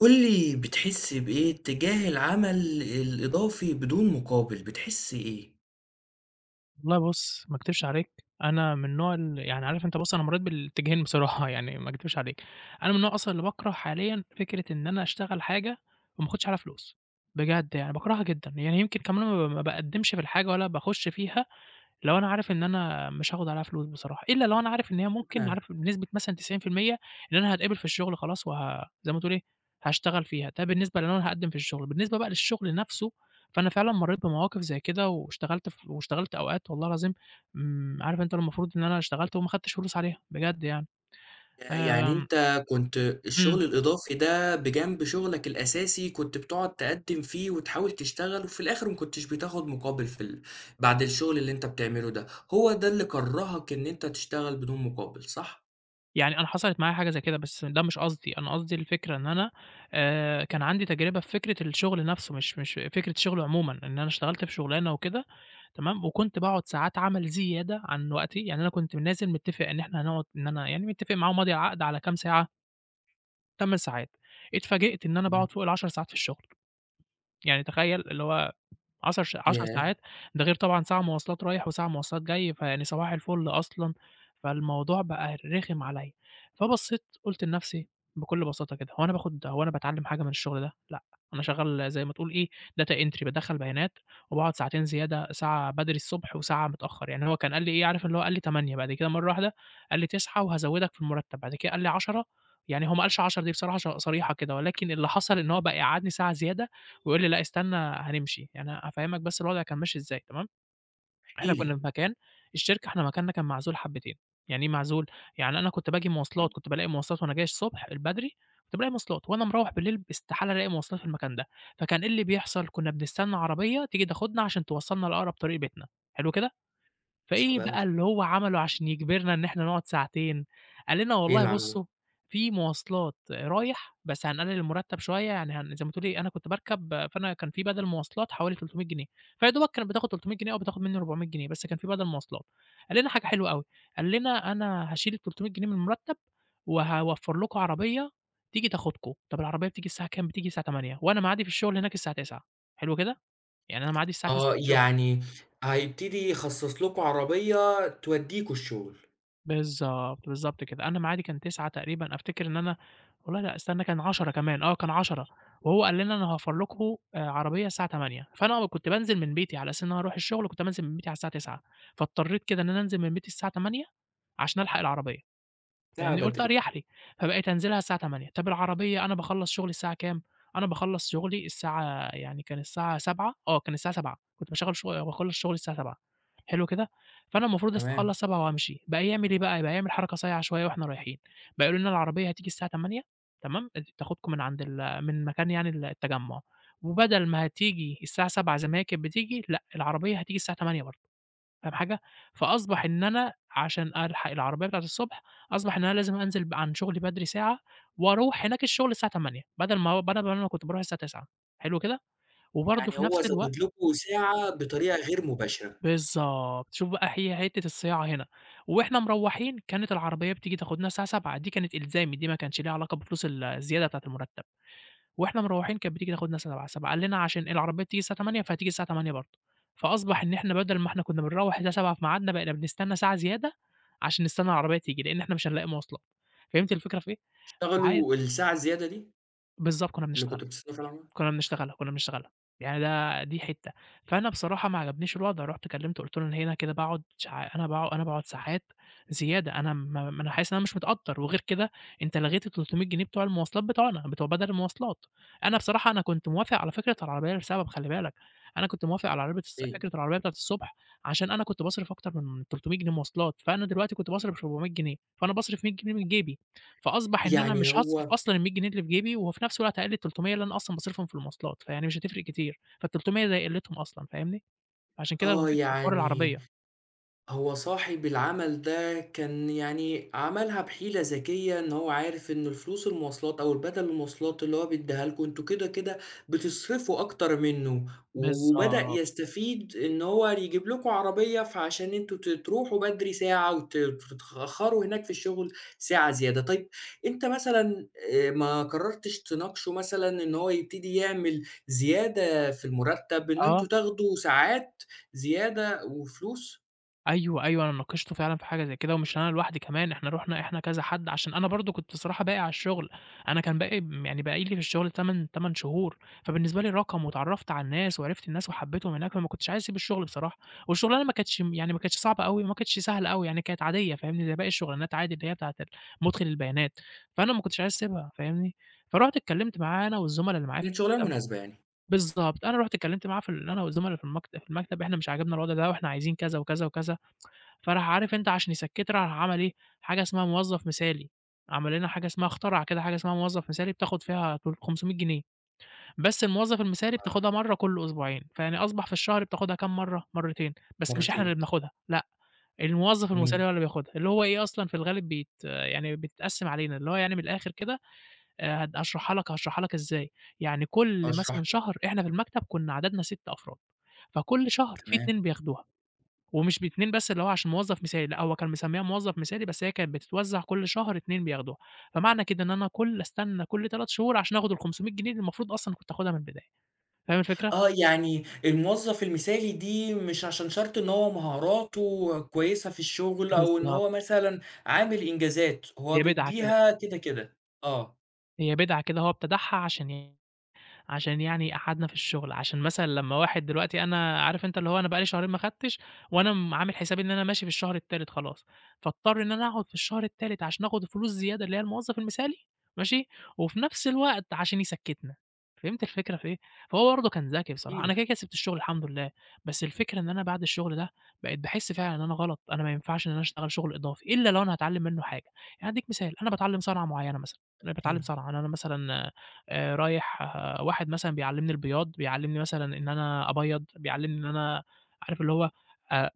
قولي بتحس بإيه تجاه العمل الإضافي بدون مقابل، بتحس إيه؟ والله بُص، ما اكدبش عليك. أنا من النوع ال يعني عارف أنت بُص، أنا مرّيت بالاتجاهين بصراحة. يعني ما اكدبش عليك. أنا من النوع أصلًا اللي باكره حاليًا فكرة إن أنا أشتغل حاجة وما آخدش عليها فلوس. بجد يعني باكرهها جدًا، يعني يمكن كمان ما باقدّمش في الحاجة ولا باخش فيها لو أنا عارف إن أنا مش هاخد عليها فلوس بصراحة، إلا لو أنا عارف إن هي ممكن بمعنى عارف بنسبة مثلًا 90% إن أنا هاتقبل في الشغل خلاص، وه زي ما تقول إيه، هاشتغل فيها. ده بالنسبة لو أنا هاقدّم في الشغل. بالنسبة بقى للشغل نفسه، فأنا فعلًا مرّيت بمواقف زي كده، واشتغلت أوقات والله العظيم، عارف أنت المفروض إن أنا اشتغلت وما خدتش فلوس عليها، بجد يعني. يعني آمم، أنت كنت إمم. الشغل الإضافي ده بجنب شغلك الأساسي كنت بتقعد تقدّم فيه وتحاول تشتغل وفي الآخر ما كنتش بتاخد مقابل في ال بعد الشغل اللي أنت بتعمله ده، هو ده اللي كرّهك إن أنت تشتغل بدون مقابل صح؟ يعني أنا حصلت معايا حاجة زي كده، بس ده مش قصدي. أنا قصدي الفكرة إن أنا كان عندي تجربة في فكرة الشغل نَفْسه، مش فكرة الشغل عمومًا. إن أنا اشتغلت في شُغلانة وكده تمام، وكنت باقعد ساعات عمل زيادة عن وقتي. يعني أنا كنت نازل متّفق إن إحنا هنقعد، إن أنا يعني متّفق معاهم ماضي عقد على كام ساعة، 8 ساعات. اتفاجئت إن أنا تمام، باقعد فوق ال10 ساعات في الشغل. يعني تخيّل اللي هو 10 ياه! ساعات. ده غير طبعًا ساعة مواصلات رايح وساعة مواصلات جاي، فيعني صباح الفل أصلًا. فالموضوع بقى رخم عليّا، فبصّيت قُلت لنفسي بكل بساطة كده، هو أنا باخد، هو أنا باتعلّم حاجة من الشغل ده؟ لأ. أنا شغّال زي ما تقول إيه data entry، بادخّل بيانات، وباقعد ساعتين زيادة، ساعة بدري الصبح وساعة متأخّر. يعني هو كان قال لي إيه عارف اللي هو قال لي 08:00، بعد كده مرّة واحدة قال لي 09:00 وهازوّدك في المرتّب، بعد كده قال لي 10:00. يعني هو ما قالش 10:00 دي بصراحة صريحة كده، ولكن اللي حصل إن هو بقى يقعّدني ساعة زيادة ويقول لي: "لأ، استنى هنمشي." يعني هافهّمك بس الوضع كان ماشي إزاي، تمام. احكِ إحنا كُنّا لي. في مكان، الشركة إحنا مكاننا كان معزول حبّتين. يعني إيه معزول؟ يعني أنا كنت باجي مواصلات، آه، كنت بالاقي مواصلات وأنا جاي الصبح بدري، كنت بالاقي مواصلات وأنا مروّح بالليل استحالة ألاقي مواصلات في المكان ده. فكان إيه اللي بيحصل؟ كُنّا بنستنى عربية تيجي تاخدنا عشان توصّلنا لأقرب طريق بيتنا. حلو كده؟ فإيه صعب بقى أوي، اللي هو عمله عشان يجبرنا إن إحنا نقعد ساعتين؟ قال لنا إيه والله اللي عملوه؟ بُصّوا، في مواصلات رايح بس هنقلل المرتب شوية. يعني هن زي ما تقولي، أنا كنت باركب فأنا كان في بدل مواصلات حوالي 300 جنيه، فيا دوبك كانت بتاخد 300 جنيه أو بتاخد مني 400 جنيه، بس كان في بدل مواصلات. قال لنا حاجة حلوة أوي، قال لنا أنا هاشيل ال300 جنيه من المرتب وهاوفّر لكم عربية تيجي تاخدكم. طب العربية بتيجي الساعة كام؟ بتيجي الساعة 08:00 وأنا ميعادي في الشغل هناك الساعة 09:00. حلو كده؟ يعني أنا ميعادي الساعة 09:00 آه، في الشغل. يعني هيبتدي يخصّص لكم عربية توديكوا الشغل. بالضبط، بالضبط كده. أنا معادي كان 9 تقريبًا، أفتكر إن أنا، والله لأ استنى، كان 10 كمان، آه كان 10. وهو قال لنا أنا هاوفّر لكم عربية الساعة 08:00، فأنا آه، كنت بانزل من بيتي على أساس إن أنا هاروح الشغل، كنت بانزل من بيتي على الساعة 09:00. فاضطريت كده إن أنا أنزل من بيتي الساعة 08:00 عشان ألحق العربية. ساعة فاهمني، قُلت بدري. أريح لي. فبقيت أنزلها الساعة 08:00. طَب العربية، أنا باخلّص شغلي الساعة كام؟ أنا باخلّص شغلي الساعة يعني كان الساعة 07:00، آه كان الساعة 07:00، كنت باشغّل شغ باخلّص شغلي الساعة 07:00. حلو كده. فأنا المفروض لسه تمام. أخلّص 07:00 وأمشي. بقى يعمل إيه بقى؟ بقى يعمل حركة صايعة شوية وإحنا رايحين. بقى يقولوا لنا العربية هتيجي الساعة 08:00، تمام، أنتم تاخدكم من عند ال من مكان يعني ال التجمُّع. وبدل ما هتيجي الساعة 07:00 زي ما هي كانت بتيجي، لأ، العربية هتيجي الساعة 08:00 برضه. فاهم حاجة؟ فأصبح إن أنا عشان ألحق العربية بتاعة الصبح، أصبح إن أنا لازم أنزل عن شغلي بدري ساعة، وأروح هناك الشغل الساعة 08:00، بدل ما أنا كنت باروح الساعة 09:00. حلو كده؟ وبرضه يعني في هو نفس الوقت زوّد لكم ساعة بطريقة غير مباشرة. بالضبط. شوف بقى، هي حتة الصياعة هنا. وإحنا مروّحين كانت العربية بتيجي تاخدنا الساعة 07:00، دي كانت إلزامي، دي ما كانش ليها علاقة بفلوس ال الزيادة بتاعة المرتب. وإحنا مروّحين كانت بتيجي تاخدنا 19:00، 19:00 قال لنا عشان العربية بتيجي الساعة 20:00 فهتيجي الساعة 20:00 برضه. فأصبح إن إحنا بدل ما إحنا كنا بنروّح الساعة 19:00 في ميعادنا، بقينا بنستنى ساعة زيادة عشان نستنى العربية تيجي، لإن إحنا مش هنلاقي مواصلات. فهمتِ الفكرة في إيه؟ عاي اشتغلوا الساعة الزيادة دي بالضبط كنا اللي بنشتغل. كنتوا بتستنوا فيها العملا؟ كنا بنشتغلها، كنا بنشتغلها. يعني ده دي حتّة. فأنا بصراحة ما عجبنيش الوضع، رُحت كلّمته قُلت له: "أنا هنا كده باقعد ساعات زيادة، أنا ما أنا حاسس إن أنا مش متقدّر، وغير كده أنت لغيت ال300 جنيه بتوع المواصلات بتوعنا، بتوع بدل المواصلات." أنا بصراحة أنا كنت موافق على فكرة العربية لسبب، خلّي بالك، أنا كنت موافق على عربية إيه؟ فكرة العربية بتاعة الصبح عشان أنا كنت باصرف أكتر من 300 جنيه مواصلات، فأنا دلوقتي كنت باصرف 400 جنيه، فأنا باصرف 100 جنيه من جيبي. فأصبح إن أنا يعني مش هاصرف هو أصلًا ال100 جنيه اللي في جيبي، وفي نفس الوقت هاقلل ال300 اللي أنا أصلًا باصرفهم في المواصلات، فيعني مش هتفرق كتير، فال300 زي قلتهم أصلًا، فاهمني؟ فعشان كده آه، وافقت في حوار يعني العربية. هو صاحب العمل ده كان يعني عملها بحيلة ذكية ان هو عارف ان الفلوس المواصلات او البدل المواصلات اللي هو بيديها لكم انتوا كده كده بتصرفوا اكتر منه وبدأ بالضبط، يستفيد ان هو يجيب لكم عربية فعشان انتوا تروحوا بدري ساعة وتتأخروا هناك في الشغل ساعة زيادة، طيب انت مثلا آه، ما قررتش تناقشه مثلا ان هو يبتدي يعمل زيادة في المرتب ان انتوا آه. تاخدوا ساعات زيادة وفلوس. أيوه أيوه، أنا ناقشته فعلًا في حاجة زي كده، ومش أنا لوحدي كمان، إحنا رُحنا، إحنا كذا حد، عشان أنا برضه كنت الصراحة باقي على الشغل. أنا كان باقي، يعني باقي لي في الشغل 8 شهور. فبالنسبة لي رقم، واتعرّفت على الناس وعرفت الناس وحبيتهم هناك، فما كنتش عايز أسيب الشغل بصراحة. والشغلانة ما كانتش يعني ما كانتش صعبة أوي وما كانتش سهلة أوي، يعني كانت عادية فاهمني، زي باقي الشغلانات عادي، اللي هي بتاعة ال مُدخِل البيانات. فأنا ما كنتش عايز أسيبها فاهمني. فرُحت اتكلمت معاه أنا والزملا اللي معايا في كانت شغلانة المكتب. مناسبة يعني، بالضبط، أنا رُحت اتكلمت معاه في ال أنا والزملا في المكتب، إحنا مش عاجبنا الوضع ده وإحنا عايزين كذا وكذا وكذا. فراح عارف أنت عشان يسكّتها راح عمل إيه؟ حاجة اسمها موظّف مثالي. عمل لنا حاجة اسمها، اخترع كده حاجة اسمها موظّف مثالي بتاخد فيها طول 500 جنيه، بس الموظّف المثالي آه. بتاخدها مرّة كل أسبوعين، فيعني أصبح في الشهر بتاخدها كام مرّة، مرّتين. بس مش إحنا اللي مرّتين. بناخدها، لأ، الموظّف إمم. المثالي هو اللي بياخدها، اللي هو إيه أصلًا في الغالب بيت يعني بيتقسّم علينا، اللي هو يعني من الآخر كده، هد هاشرحها لك إزاي. يعني آه، كل اشرح مثلًا لي. شهر، إحنا في المكتب كُنّا عددنا 6 أفراد، فكل شهر في تمام. 2 بياخدوها. ومش ب2 بس اللي هو عشان موظف مثالي، لأ، هو كان مسمّيها موظف مثالي بس هي كانت بتتوزّع كل شهر 2 بياخدوها. فمعنى كده إن أنا كل أستنى كل 3 شهور عشان آخُد ال500 جنيه اللي المفروض أصلًا كنت آخُدها من البداية. فاهم الفكرة؟ آه، يعني الموظف المثالي دي مش عشان شرط إن هو مهاراته كويسة في الشغل أو إن بالضبط، هو مثلًا عامل إنجازات، هو هي بدعة كده. بيدّيها كده، كده. آه. هي بدعة كده، هو ابتدعها عشان، عشان يعني قعّدنا في الشغل، عشان مثلًا لمّا واحد دلوقتي أنا عارف أنت اللي هو أنا بقى لي شهرين ما خدتش، وأنا عامل حسابي إن أنا ماشي في الشهر التالت خلاص، فاضطر إن أنا أقعد في الشهر التالت عشان آخد الفلوس زيادة اللي هي الموظف المثالي، ماشي، وفي نفس الوقت عشان يسكّتنا. فهمت الفكرة في إيه؟ فهو برضه كان ذكي بصراحة. أنا قيلة، كده كده سِبت الشغل الحمد لله. بس الفكرة إن أنا بعد الشغل ده بقيت باحس فعلًا إن أنا غلط، أنا ما ينفعش إن أنا أشتغل شغل إضافي إلا لو أنا هاتعلّم منّه حاجة. يعني أدّيك مثال، أنا باتعلّم صنعة معيّنة مثلًا، أنا باتعلّم ادّيني. صنعة، أنا مثلًا رايح واحد مثلًا بيعلّمني البياض، بيعلّمني مثلًا إن أنا أبيّض، بيعلّمني إن أنا عارف اللي هو آآ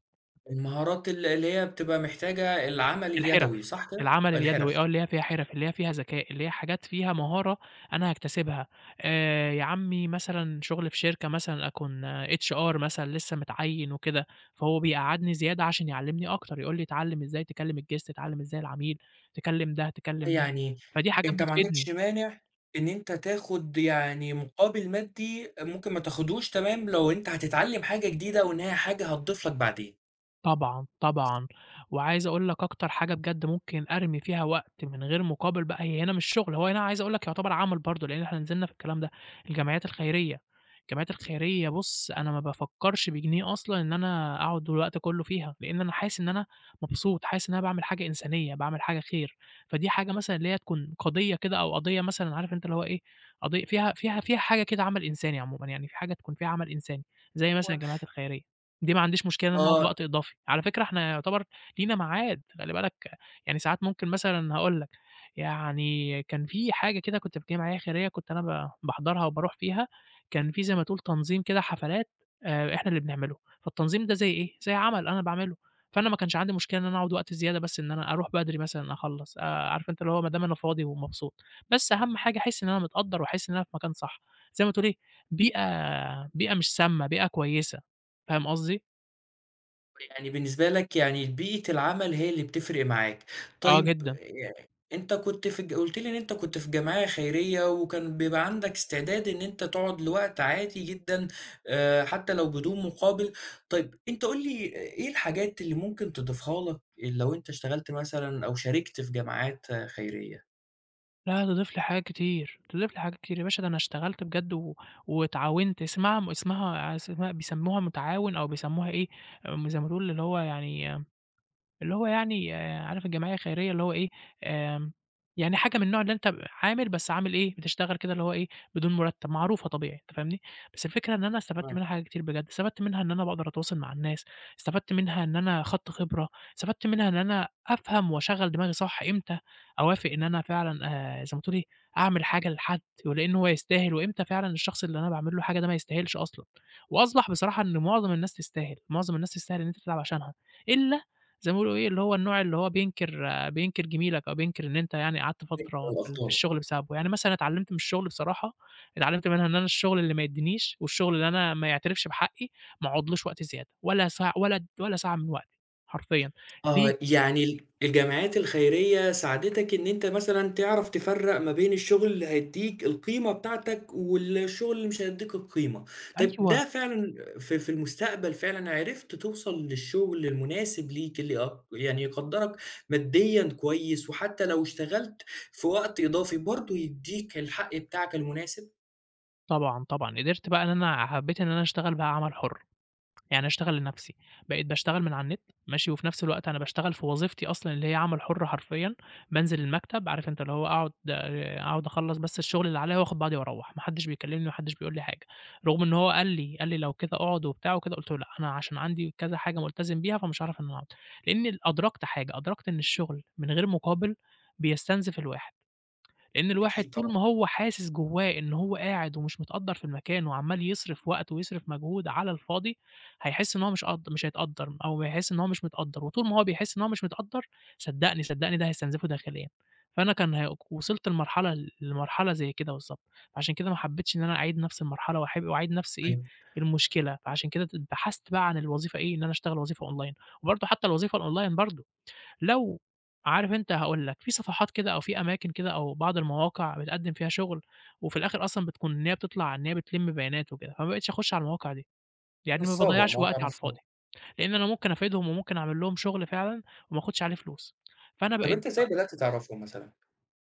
المهارات اللي هي بتبقى محتاجة العمل الحِرَف، اليدوي، صح كده؟ العمل الحِرَف. اليدوي، آه، اللي هي فيها حِرَف، اللي هي فيها ذكاء، اللي هي حاجات فيها مهارة أنا هاكتسبها. يا عمّي، مثلًا شُغل في شركة مثلًا أكون HR مثلًا لسّه متعيّن وكده، فهو بيقعّدني زيادة عشان يعلّمني أكتر، يقول لي اتعلّم إزاي تكلّم الguest، اتعلّم إزاي العميل، تكلّم ده، تكلّم ده، يعني فدي حاجات أنت ما بتفيدني. عندكش مانع إن أنت تاخد يعني مقابل مادي ممكن ما تاخدهوش تمام لو أنت هتتعلم حاجة جديدة وإن هي حاجة هتضيف لك بعدين. طبعًا، طبعًا. وعايز أقول لك أكتر حاجة بجد ممكن أرمي فيها وقت من غير مقابل بقى، هي هنا مش شغل، هو هنا عايز أقول لك يعتبر عمل برضه، لإن إحنا نزلنا في الكلام ده، الجمعيات الخيرية. الجمعيات الخيرية بُص أنا ما بافكّرش بجنيه أصلًا إن أنا أقعد الوقت كلّه فيها، لإن أنا حاسس إن أنا مبسوط، حاسس إن أنا باعمل حاجة إنسانية، باعمل حاجة خير. فدي حاجة مثلًا اللي هي تكون قضية كده، أو قضية مثلًا عارف أنت اللي هو إيه، قضية فيها حاجة كده عمل إنساني عمومًا، يعني في حاجة تكون فيها عمل إنساني، زي مثلًا هو الجمعيات الخيرية. دي ما عنديش مشكلة إن أنا أقعد آه. وقت إضافي، على فكرة إحنا يعتبر لينا ميعاد، خلّي بالك، يعني ساعات ممكن مثلًا هاقول لك. يعني كان في حاجة كده كنت في جمعية خيرية كنت أنا باحضرها وباروح فيها، كان في زي ما تقول تنظيم كده حفلات إحنا اللي بنعمله، فالتنظيم ده زي إيه، زي عمل أنا باعمله، فأنا ما كانش عندي مشكلة إن أنا أقعد وقت زيادة بس إن أنا أروح بدري مثلًا أخلّص. عارف أنت اللي هو ما دام أنا فاضي ومبسوط، بس أهم حاجة أحس إن أنا متقدّر وأحس إن أنا في مكان صح، زي ما تقول إيه، بيئة بيئة مش سامة، بيئة كويسة، فاهم قصدي؟ يعني بالنسبة لك يعني بيئة العمل هي اللي بتفرق معاك. آه، طيب جدًا. ي أنت كنت في الج قُلت لي إن أنت كنت في جمعية خيرية وكان بيبقى عندك استعداد إن أنت تقعد لوقت عادي جدًا، حتى لو بدون مقابل. طيب أنت قُل لي إيه الحاجات اللي ممكن تضيفها لك لو أنت اشتغلت مثلًا أو شاركت في جمعيات خيرية؟ لا، تضيف لي حاجات كتير، تضيف لي حاجات كتير يا باشا، ده أنا اشتغلت بجد و واتعاونت اسمها بيسموها متعاون أو بيسموها إيه، زي ما تقول اللي هو يعني عارف الجمعية الخيرية اللي هو إيه، آمم، يعني حاجة من النوع اللي أنت عامل بس عامل إيه، بتشتغل كده اللي هو إيه، بدون مرتب، معروفة طبيعي، أنت فاهمني؟ بس الفكرة إن أنا استفدت تمام، منها حاجات كتير بجد، استفدت منها إن أنا باقدر أتواصل مع الناس، استفدت منها إن أنا خدت خبرة، استفدت منها إن أنا أفهم وأشغّل دماغي صح إمتى أوافق إن أنا فعلًا زي ما تقول إيه، أعمل حاجة لحد ولإن هو يستاهل، وإمتى فعلًا الشخص اللي أنا باعمل له حاجة ده ما يستاهلش أصلًا، وأصبح بصراحة إن معظم الناس تستاهل، معظم الناس تستاهل إن أنت تتعب عشانها، إلا زي ما بيقولوا إيه، اللي هو النوع اللي هو بينكر جميلك أو بينكر إن أنت يعني قعدت فترة في الأفكار. الشغل بسببه، يعني مثلًا اتعلمت من الشغل بصراحة، اتعلمت منها إن أنا الشغل اللي ما يدّينيش والشغل اللي أنا ما يعترفش بحقي، ما اقعدلوش وقت زيادة ولا ساعة ولا ساعة من وقتي حرفيًا. ليه؟ آه، يعني الجمعيات الخيرية ساعدتك إن أنت مثلًا تعرف تفرّق ما بين الشغل اللي هيدّيك القيمة بتاعتك، والشغل اللي مش هيدّيك القيمة. طيب أيوه، ده فعلًا في المستقبل فعلًا عرفت توصل للشغل المناسب ليك اللي يعني يقدّرك ماديًا كويس، وحتى لو اشتغلت في وقت إضافي برضه يدّيك الحق بتاعك المناسب؟ طبعًا، طبعًا، قدرت بقى إن أنا حبيت إن أنا أشتغل بقى عمل حُر. يعني أنا أشتغل لنفسي، بقيت باشتغل من على النت، ماشي، وفي نفس الوقت أنا باشتغل في وظيفتي أصلًا اللي هي عمل حُر حرفيًا، بانزل المكتب عارف أنت اللي هو أقعد أخلّص بس الشغل اللي عليَّ وآخد بعضي وأروّح، ما حدش بيكلمني، ما حدش بيقول لي حاجة، رغم إن هو قال لي: "لو كده اقعد" وبتاع وكده، قُلت له: "لأ، أنا عشان عندي كذا حاجة ملتزم بيها فمش هاعرف إن أنا أقعد." لإني أدركت حاجة، أدركت إن الشغل من غير مقابل بيستنزف الواحد. لأن الواحد أكيد طول طبعًا. ما هو حاسس جوّاه إن هو قاعد ومش متقدّر في المكان وعمّال يصرف وقت ويصرف مجهود على الفاضي، هيحس إن هو مش قد مش هيتقدّر أو هيحس إن هو مش متقدّر، وطول ما هو بيحس إن هو مش متقدّر، صدّقني، صدّقني ده هيستنزفه داخليًا. فأنا كان هي وصلت لمرحلة زي كده بالضبط، فعشان كده ما حبيتش إن أنا أعيد نفس المرحلة وأحب وأعيد نفس إيه، طيب المشكلة، فعشان كده بحثت بقى عن الوظيفة إيه، إن أنا أشتغل وظيفة أونلاين، وبرضه حتى الوظيفة الأونلاين برضه. لو عارف أنت هاقول لك، في صفحات كده أو في أماكن كده أو بعض المواقع بتقدّم فيها شغل، وفي الآخر أصلًا بتكون إن هي بتطلع إن هي بتلِم بيانات وكده، فما بقيتش أخُش على المواقع دي، يعني ما نصّابة، باضيّعش مواقع وقتي على نصّابة. الفاضي، لإن أنا ممكن أفيدهم وممكن أعمل لهم شغل فعلًا وما آخُدش عليه فلوس، فأنا طب بقيت، أنت إزاي بدأت تعرفهم مثلًا؟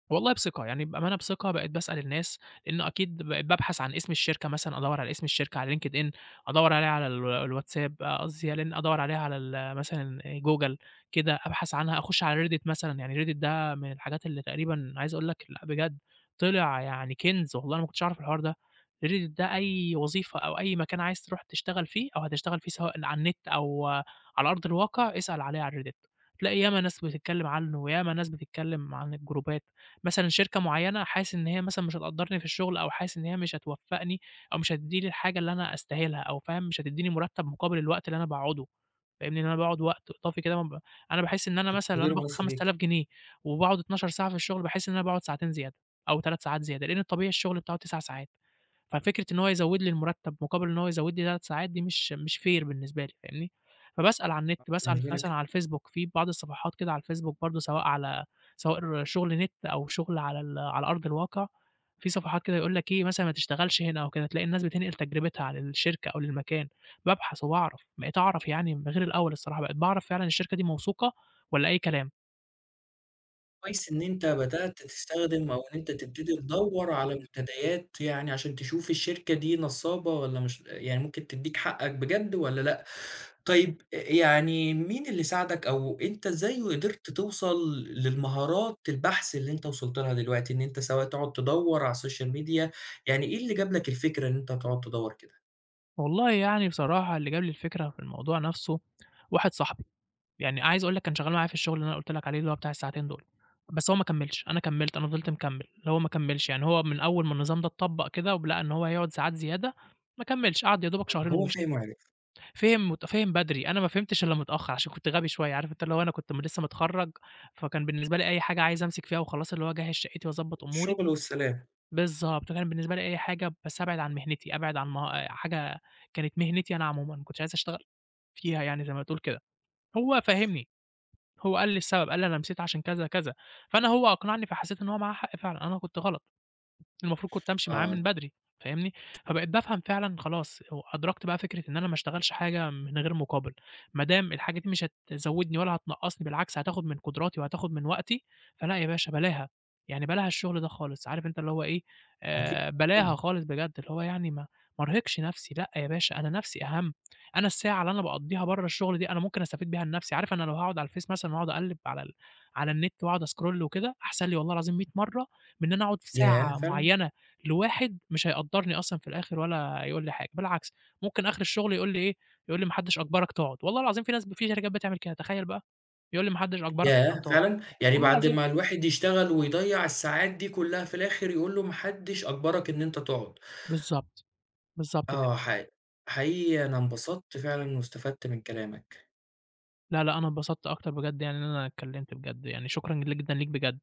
والله بثقة، يعني بأمانة بثقة بقيت باسأل الناس، لإنه أكيد بقيت بابحث عن اسم الشركة مثلًا، أدوّر على اسم الشركة على LinkedIn، أدوّر عليها على ال الواتساب قصدي على ال أدوّر عليها على ال مثلًا جوجل كده، أبحث عنها، أخش على Reddit مثلًا، يعني Reddit ده من الحاجات اللي تقريبًا عايز أقول لك لأ بجد طلع يعني كنز، والله أنا ما كنتش أعرف الحوار ده. Reddit ده أي وظيفة أو أي مكان عايز تروح تشتغل فيه أو هتشتغل فيه سواء على النت أو آه، على أرض الواقع، اسأل عليه على Reddit، هتلاقي ياما ناس بتتكلم عنه، وياما ناس بتتكلم عن الجروبات. مثلًا شركة معيّنة حاسس إن هي مثلًا مش هتقدّرني في الشغل أو حاسس إن هي مش هتوفّقني أو مش هتدّيني الحاجة اللي أنا أستاهلها أو فاهم، مش هتدّيني مُرتّب مقابل الوقت اللي أنا باقعده، فاهمني، إن أنا باقعد وقت إضافي كده ما ب أنا باحس إن أنا مثلًا لو التقدير أنا باخد المناسب ليك 5000 جنيه وباقعد 12 ساعة في الشغل، باحس إن أنا باقعد ساعتين زيادة أو 3 ساعات زيادة، لإن الطبيعي الشغل بتاعه 9 ساعات. ففكرة إن هو يزوّد لي المُرتّب مقابل إن هو يزوّد لي 3 ساعات دي مش fair بالنسبة لي فاهمني، فباسأل على النت، باسأل بالنسبة مثلًا لك؟ على الفيسبوك، في بعض الصفحات كده على الفيسبوك برضه سواء على سواء شغل نت أو شغل على ال على أرض الواقع، في صفحات كده يقول لك إيه مثلًا ما تشتغلش هنا أو كده، تلاقي الناس بتنقل تجربتها عن الشركة أو للمكان، بابحث وباعرف، بقيت أعرف يعني غير الأول الصراحة، بقيت باعرف فعلًا الشركة دي موثوقة والّا أي كلام. كويس إن أنت بدأت تستخدم أو إن أنت تبتدي تدوّر على منتديات يعني عشان تشوف الشركة دي نصّابة والّا مش يعني ممكن تدّيك حقّك بجد والّا لأ. طيب يعني مين اللي ساعدك أو أنت إزاي قدرت توصل للمهارات البحث اللي أنت وصلت لها دلوقتي، إن أنت سواء تقعد تدوّر على السوشيال ميديا، يعني إيه اللي جاب لك الفكرة إن أنت تقعد تدوّر كده؟ والله يعني بصراحة اللي جاب لي الفكرة في الموضوع نَفْسه واحد صاحبي. يعني عايز أقول لك كان شغّال معايا في الشغل اللي أنا قُلت لك عليه اللي هو بتاع الساعتين دول، بس هو ما كمّلش، أنا كمّلت، أنا فضلت مكمّل، هو ما كمّلش، يعني هو من أول ما النظام ده اتطبّق كده ولقى إن هو هيقعد ساعات زيادة، ما كمّلش، قعد يا دوبك آه، شهرين هو ومشي. فاهم وعرف، فِهم بدري، أنا ما فهمتش إلّا متأخّر عشان كنت غبي شوية، عارف أنت اللي هو أنا كنت لسّه متخرّج، فكان بالنسبة لي أي حاجة عايز أمسك فيها وخلاص اللي هو أجهّز شقتي وأضبّط أموري الشغل والسلام. بالضبط، كان بالنسبة لي أي حاجة بس أبعد عن مهنتي، أبعد عن حاجة كانت مهنتي أنا عمومًا، ما كنتش عايز أشتغل فيها يعني زي ما تقول كده، هو فهّمني. هو قال لي السبب، قال لي: "أنا مشيت عشان كذا، كذا." فأنا هو أقنعني، فحسيت إن هو معاه حق فعلًا، أنا كنت غلط. المفروض كنت أمشي معاه آه، من بدري، فاهمني؟ فبقيت بافهم فعلًا خلاص و أدركت بقى فكرة إن أنا ما اشتغلش حاجة من غير مقابل، ما دام الحاجة دي مش هتزودني ولا هتنقصني بالعكس هتاخد من قدراتي وهتاخد من وقتي، فلأ يا باشا بلاها، يعني بلاها الشغل ده خالص، عارف أنت اللي هو إيه، أكيد بلاها طبعًا. خالص بجد، اللي هو يعني ما ارهقش نفسي، لأ يا باشا أنا نفسي أهم، أنا الساعة اللي أنا باقضيها برّه الشغل دي أنا ممكن أستفيد بيها لنفسي، عارف أنا لو هاقعد على الفيس مثلًا واقعد أقلب على ال على النت واقعد أسكرول وكده، أحسن لي والله العظيم 100 مرة من إن أنا أقعد في ياه! ساعة فعلًا؟ معيّنة لواحد مش هيقدّرني أصلًا في الآخر ولا يقول لي حاجة، بالعكس ممكن آخر الشغل يقول لي إيه، يقول لي: "ما حدش أجبرك تقعد." والله العظيم في ناس في شركات بتعمل كده، تخيّل بقى! يقول لي: "ما حدش أجبرك أصلًا ياه! تقعد." فعلًا! يعني والله بعد العظيم. ما الواحد يشتغل ويضيّع الساعات دي كلّها، في الآخر يقول له ما حدش أجبرك إن أنت تقعد. بالضبط، بالضبط كده. آه، حقيقي أنا انبسطت فعلًا واستفدت من كلامك. لا، لأ، أنا اتبسطت أكتر بجد يعني إن أنا اتكلّمت بجد يعني، شكرًا جدًا ليك بجد.